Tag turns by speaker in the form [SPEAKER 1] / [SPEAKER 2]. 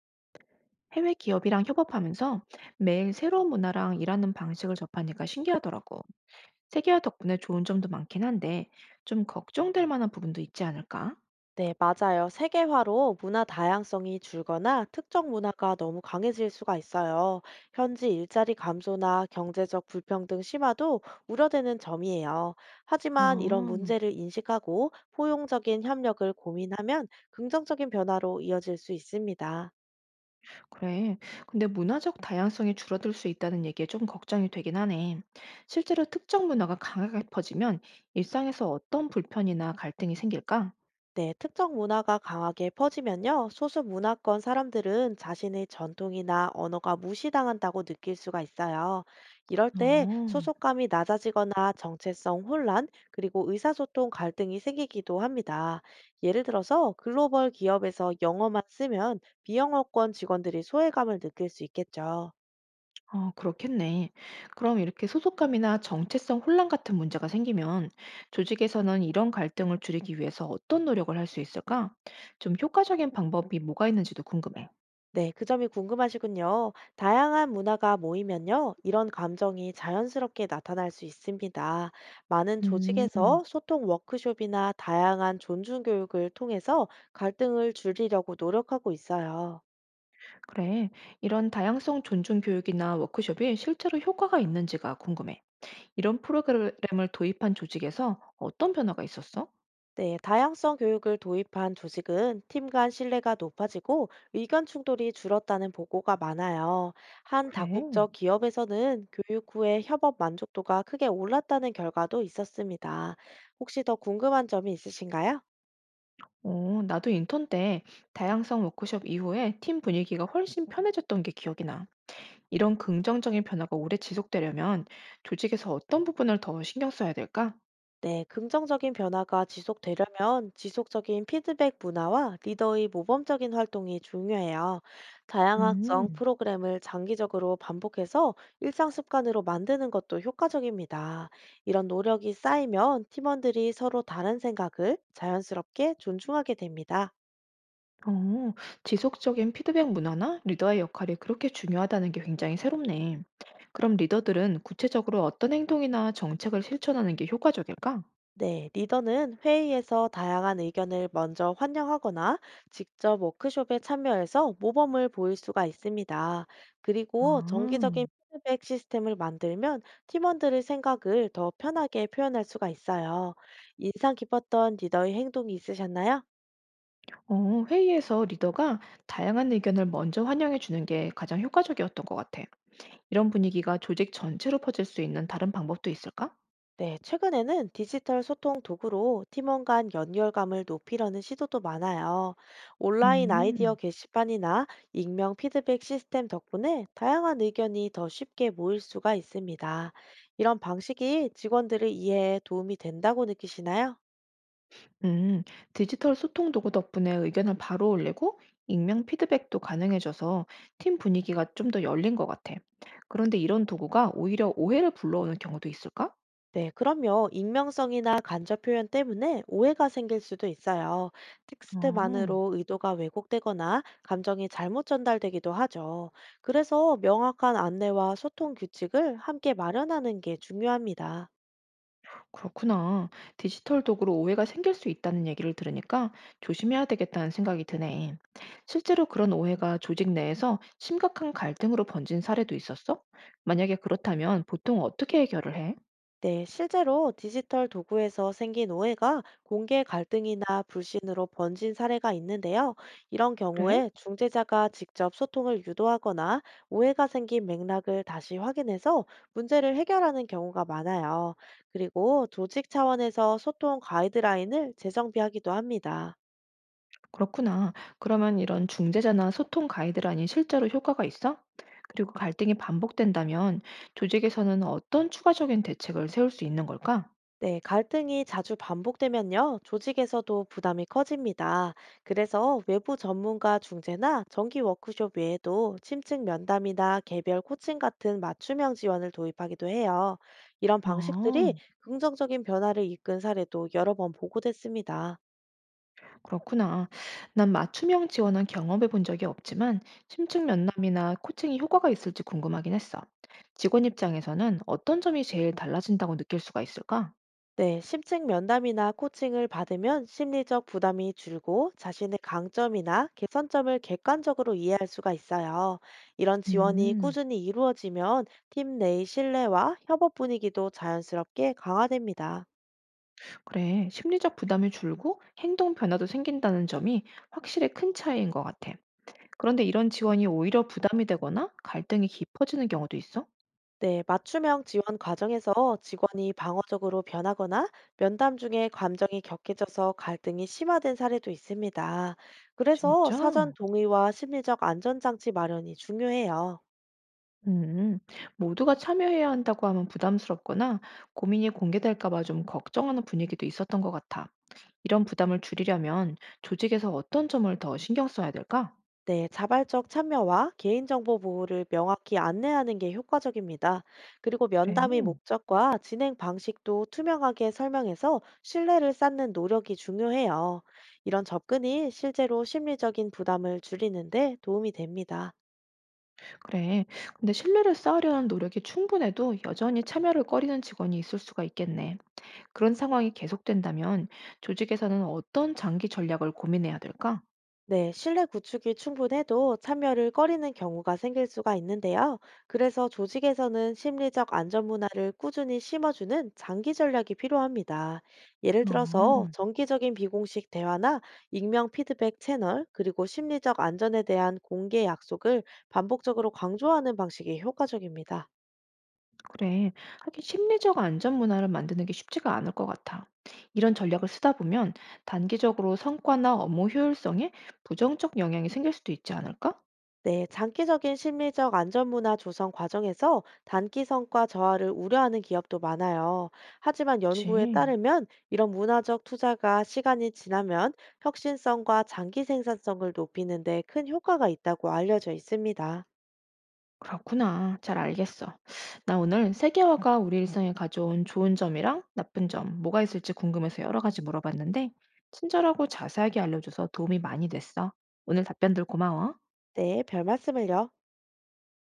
[SPEAKER 1] 해외 기업이랑 협업하면서 매일 새로운 문화랑 일하는 방식을 접하니까 신기하더라고. 세계화 덕분에 좋은 점도 많긴 한데 좀 걱정될 만한 부분도 있지 않을까?
[SPEAKER 2] 네, 맞아요. 세계화로 문화 다양성이 줄거나 특정 문화가 너무 강해질 수가 있어요. 현지 일자리 감소나 경제적 불평등 심화도 우려되는 점이에요. 하지만 이런
[SPEAKER 1] 아,
[SPEAKER 2] 문제를 인식하고 포용적인 협력을 고민하면 긍정적인 변화로 이어질 수 있습니다.
[SPEAKER 1] 그래. 근데 문화적 다양성이 줄어들 수 있다는 얘기에 좀 걱정이 되긴 하네. 실제로 특정 문화가 강하게 퍼지면 일상에서 어떤 불편이나 갈등이 생길까?
[SPEAKER 2] 네, 특정 문화가 강하게 퍼지면요, 소수 문화권 사람들은 자신의 전통이나 언어가 무시당한다고 느낄 수가 있어요. 이럴 때
[SPEAKER 1] 어.
[SPEAKER 2] 소속감이 낮아지거나 정체성 혼란, 그리고 의사소통 갈등이 생기기도 합니다. 예를 들어서 글로벌 기업에서 영어만 쓰면 비영어권 직원들이 소외감을 느낄 수 있겠죠.
[SPEAKER 1] 어, 그렇겠네. 그럼 이렇게 소속감이나 정체성 혼란 같은 문제가 생기면 조직에서는 이런 갈등을 줄이기 위해서 어떤 노력을 할 수 있을까? 좀 효과적인 방법이 뭐가 있는지도 궁금해.
[SPEAKER 2] 네, 그 점이 궁금하시군요. 다양한 문화가 모이면요, 이런 감정이 자연스럽게 나타날 수 있습니다. 많은
[SPEAKER 1] 음,
[SPEAKER 2] 조직에서 소통 워크숍이나 다양한 존중 교육을 통해서 갈등을 줄이려고 노력하고 있어요.
[SPEAKER 1] 그래. 이런 다양성 존중 교육이나 워크숍이 실제로 효과가 있는지가 궁금해. 이런 프로그램을 도입한 조직에서 어떤 변화가 있었어?
[SPEAKER 2] 네, 다양성 교육을 도입한 조직은 팀 간 신뢰가 높아지고 의견 충돌이 줄었다는 보고가 많아요. 한
[SPEAKER 1] 그래.
[SPEAKER 2] 다국적 기업에서는 교육 후에 협업 만족도가 크게 올랐다는 결과도 있었습니다. 혹시 더 궁금한 점이 있으신가요?
[SPEAKER 1] 어, 나도 인턴 때 다양성 워크숍 이후에 팀 분위기가 훨씬 편해졌던 게 기억이 나. 이런 긍정적인 변화가 오래 지속되려면 조직에서 어떤 부분을 더 신경 써야 될까?
[SPEAKER 2] 네, 긍정적인 변화가 지속되려면 지속적인 피드백 문화와 리더의 모범적인 활동이 중요해요. 다양학성
[SPEAKER 1] 음,
[SPEAKER 2] 프로그램을 장기적으로 반복해서 일상 습관으로 만드는 것도 효과적입니다. 이런 노력이 쌓이면 팀원들이 서로 다른 생각을 자연스럽게 존중하게 됩니다.
[SPEAKER 1] 어, 지속적인 피드백 문화나 리더의 역할이 그렇게 중요하다는 게 굉장히 새롭네. 그럼 리더들은 구체적으로 어떤 행동이나 정책을 실천하는 게 효과적일까?
[SPEAKER 2] 네, 리더는 회의에서 다양한 의견을 먼저 환영하거나 직접 워크숍에 참여해서 모범을 보일 수가 있습니다. 그리고
[SPEAKER 1] 아,
[SPEAKER 2] 정기적인 피드백 시스템을 만들면 팀원들의 생각을 더 편하게 표현할 수가 있어요. 인상 깊었던 리더의 행동이 있으셨나요?
[SPEAKER 1] 어, 회의에서 리더가 다양한 의견을 먼저 환영해 주는 게 가장 효과적이었던 것 같아. 이런 분위기가 조직 전체로 퍼질 수 있는 다른 방법도 있을까?
[SPEAKER 2] 네, 최근에는 디지털 소통 도구로 팀원 간 연결감을 높이려는 시도도 많아요. 온라인 아이디어
[SPEAKER 1] 음.
[SPEAKER 2] 게시판이나 익명 피드백 시스템 덕분에 다양한 의견이 더 쉽게 모일 수가 있습니다. 이런 방식이 직원들을 이해에 도움이 된다고 느끼시나요?
[SPEAKER 1] 음, 디지털 소통 도구 덕분에 의견을 바로 올리고 익명 피드백도 가능해져서 팀 분위기가 좀 더 열린 것 같아. 그런데 이런 도구가 오히려 오해를 불러오는 경우도 있을까?
[SPEAKER 2] 네, 그럼요. 익명성이나 간접 표현 때문에 오해가 생길 수도 있어요.
[SPEAKER 1] 아,
[SPEAKER 2] 텍스트만으로 의도가 왜곡되거나 감정이 잘못 전달되기도 하죠. 그래서 명확한 안내와 소통 규칙을 함께 마련하는 게 중요합니다.
[SPEAKER 1] 그렇구나. 디지털 도구로 오해가 생길 수 있다는 얘기를 들으니까 조심해야 되겠다는 생각이 드네. 실제로 그런 오해가 조직 내에서 심각한 갈등으로 번진 사례도 있었어? 만약에 그렇다면 보통 어떻게 해결을 해?
[SPEAKER 2] 네, 실제로 디지털 도구에서 생긴 오해가 공개 갈등이나 불신으로 번진 사례가 있는데요. 이런
[SPEAKER 1] 그래?
[SPEAKER 2] 경우에 중재자가 직접 소통을 유도하거나 오해가 생긴 맥락을 다시 확인해서 문제를 해결하는 경우가 많아요. 그리고 조직 차원에서 소통 가이드라인을 재정비하기도 합니다.
[SPEAKER 1] 그렇구나. 그러면 이런 중재자나 소통 가이드라인이 실제로 효과가 있어? 그리고 갈등이 반복된다면 조직에서는 어떤 추가적인 대책을 세울 수 있는 걸까?
[SPEAKER 2] 네, 갈등이 자주 반복되면요, 조직에서도 부담이 커집니다. 그래서 외부 전문가 중재나 정기 워크숍 외에도 심층 면담이나 개별 코칭 같은 맞춤형 지원을 도입하기도 해요. 이런
[SPEAKER 1] 아,
[SPEAKER 2] 방식들이 긍정적인 변화를 이끈 사례도 여러 번 보고됐습니다.
[SPEAKER 1] 그렇구나. 난 맞춤형 지원은 경험해 본 적이 없지만 심층 면담이나 코칭이 효과가 있을지 궁금하긴 했어. 직원 입장에서는 어떤 점이 제일 달라진다고 느낄 수가 있을까?
[SPEAKER 2] 네, 심층 면담이나 코칭을 받으면 심리적 부담이 줄고 자신의 강점이나 개선점을 객관적으로 이해할 수가 있어요. 이런 지원이
[SPEAKER 1] 음,
[SPEAKER 2] 꾸준히 이루어지면 팀 내의 신뢰와 협업 분위기도 자연스럽게 강화됩니다.
[SPEAKER 1] 그래. 심리적 부담이 줄고 행동 변화도 생긴다는 점이 확실히 큰 차이인 것 같아. 그런데 이런 지원이 오히려 부담이 되거나 갈등이 깊어지는 경우도 있어?
[SPEAKER 2] 네, 맞춤형 지원 과정에서 직원이 방어적으로 변하거나 면담 중에 감정이 격해져서 갈등이 심화된 사례도 있습니다. 그래서
[SPEAKER 1] 진짜?
[SPEAKER 2] 사전 동의와 심리적 안전장치 마련이 중요해요.
[SPEAKER 1] 음, 모두가 참여해야 한다고 하면 부담스럽거나 고민이 공개될까 봐 좀 걱정하는 분위기도 있었던 것 같아. 이런 부담을 줄이려면 조직에서 어떤 점을 더 신경 써야 될까?
[SPEAKER 2] 네, 자발적 참여와 개인정보 보호를 명확히 안내하는 게 효과적입니다. 그리고
[SPEAKER 1] 그래.
[SPEAKER 2] 면담의 목적과 진행 방식도 투명하게 설명해서 신뢰를 쌓는 노력이 중요해요. 이런 접근이 실제로 심리적인 부담을 줄이는데 도움이 됩니다.
[SPEAKER 1] 그래. 근데 신뢰를 쌓으려는 노력이 충분해도 여전히 참여를 꺼리는 직원이 있을 수가 있겠네. 그런 상황이 계속된다면 조직에서는 어떤 장기 전략을 고민해야 될까?
[SPEAKER 2] 네, 신뢰 구축이 충분해도 참여를 꺼리는 경우가 생길 수가 있는데요. 그래서 조직에서는 심리적 안전 문화를 꾸준히 심어주는 장기 전략이 필요합니다. 예를 들어서
[SPEAKER 1] 어.
[SPEAKER 2] 정기적인 비공식 대화나 익명 피드백 채널, 그리고 심리적 안전에 대한 공개 약속을 반복적으로 강조하는 방식이 효과적입니다.
[SPEAKER 1] 그래. 하긴 심리적 안전 문화를 만드는 게 쉽지가 않을 것 같아. 이런 전략을 쓰다 보면 단기적으로 성과나 업무 효율성에 부정적 영향이 생길 수도 있지 않을까?
[SPEAKER 2] 네, 장기적인 심리적 안전문화 조성 과정에서 단기 성과 저하를 우려하는 기업도 많아요. 하지만 연구에
[SPEAKER 1] 그치.
[SPEAKER 2] 따르면 이런 문화적 투자가 시간이 지나면 혁신성과 장기 생산성을 높이는 데 큰 효과가 있다고 알려져 있습니다.
[SPEAKER 1] 그렇구나. 잘 알겠어. 나 오늘 세계화가 우리 일상에 가져온 좋은 점이랑 나쁜 점, 뭐가 있을지 궁금해서 여러 가지 물어봤는데, 친절하고 자세하게 알려줘서 도움이 많이 됐어. 오늘 답변들 고마워.
[SPEAKER 2] 네, 별 말씀을요.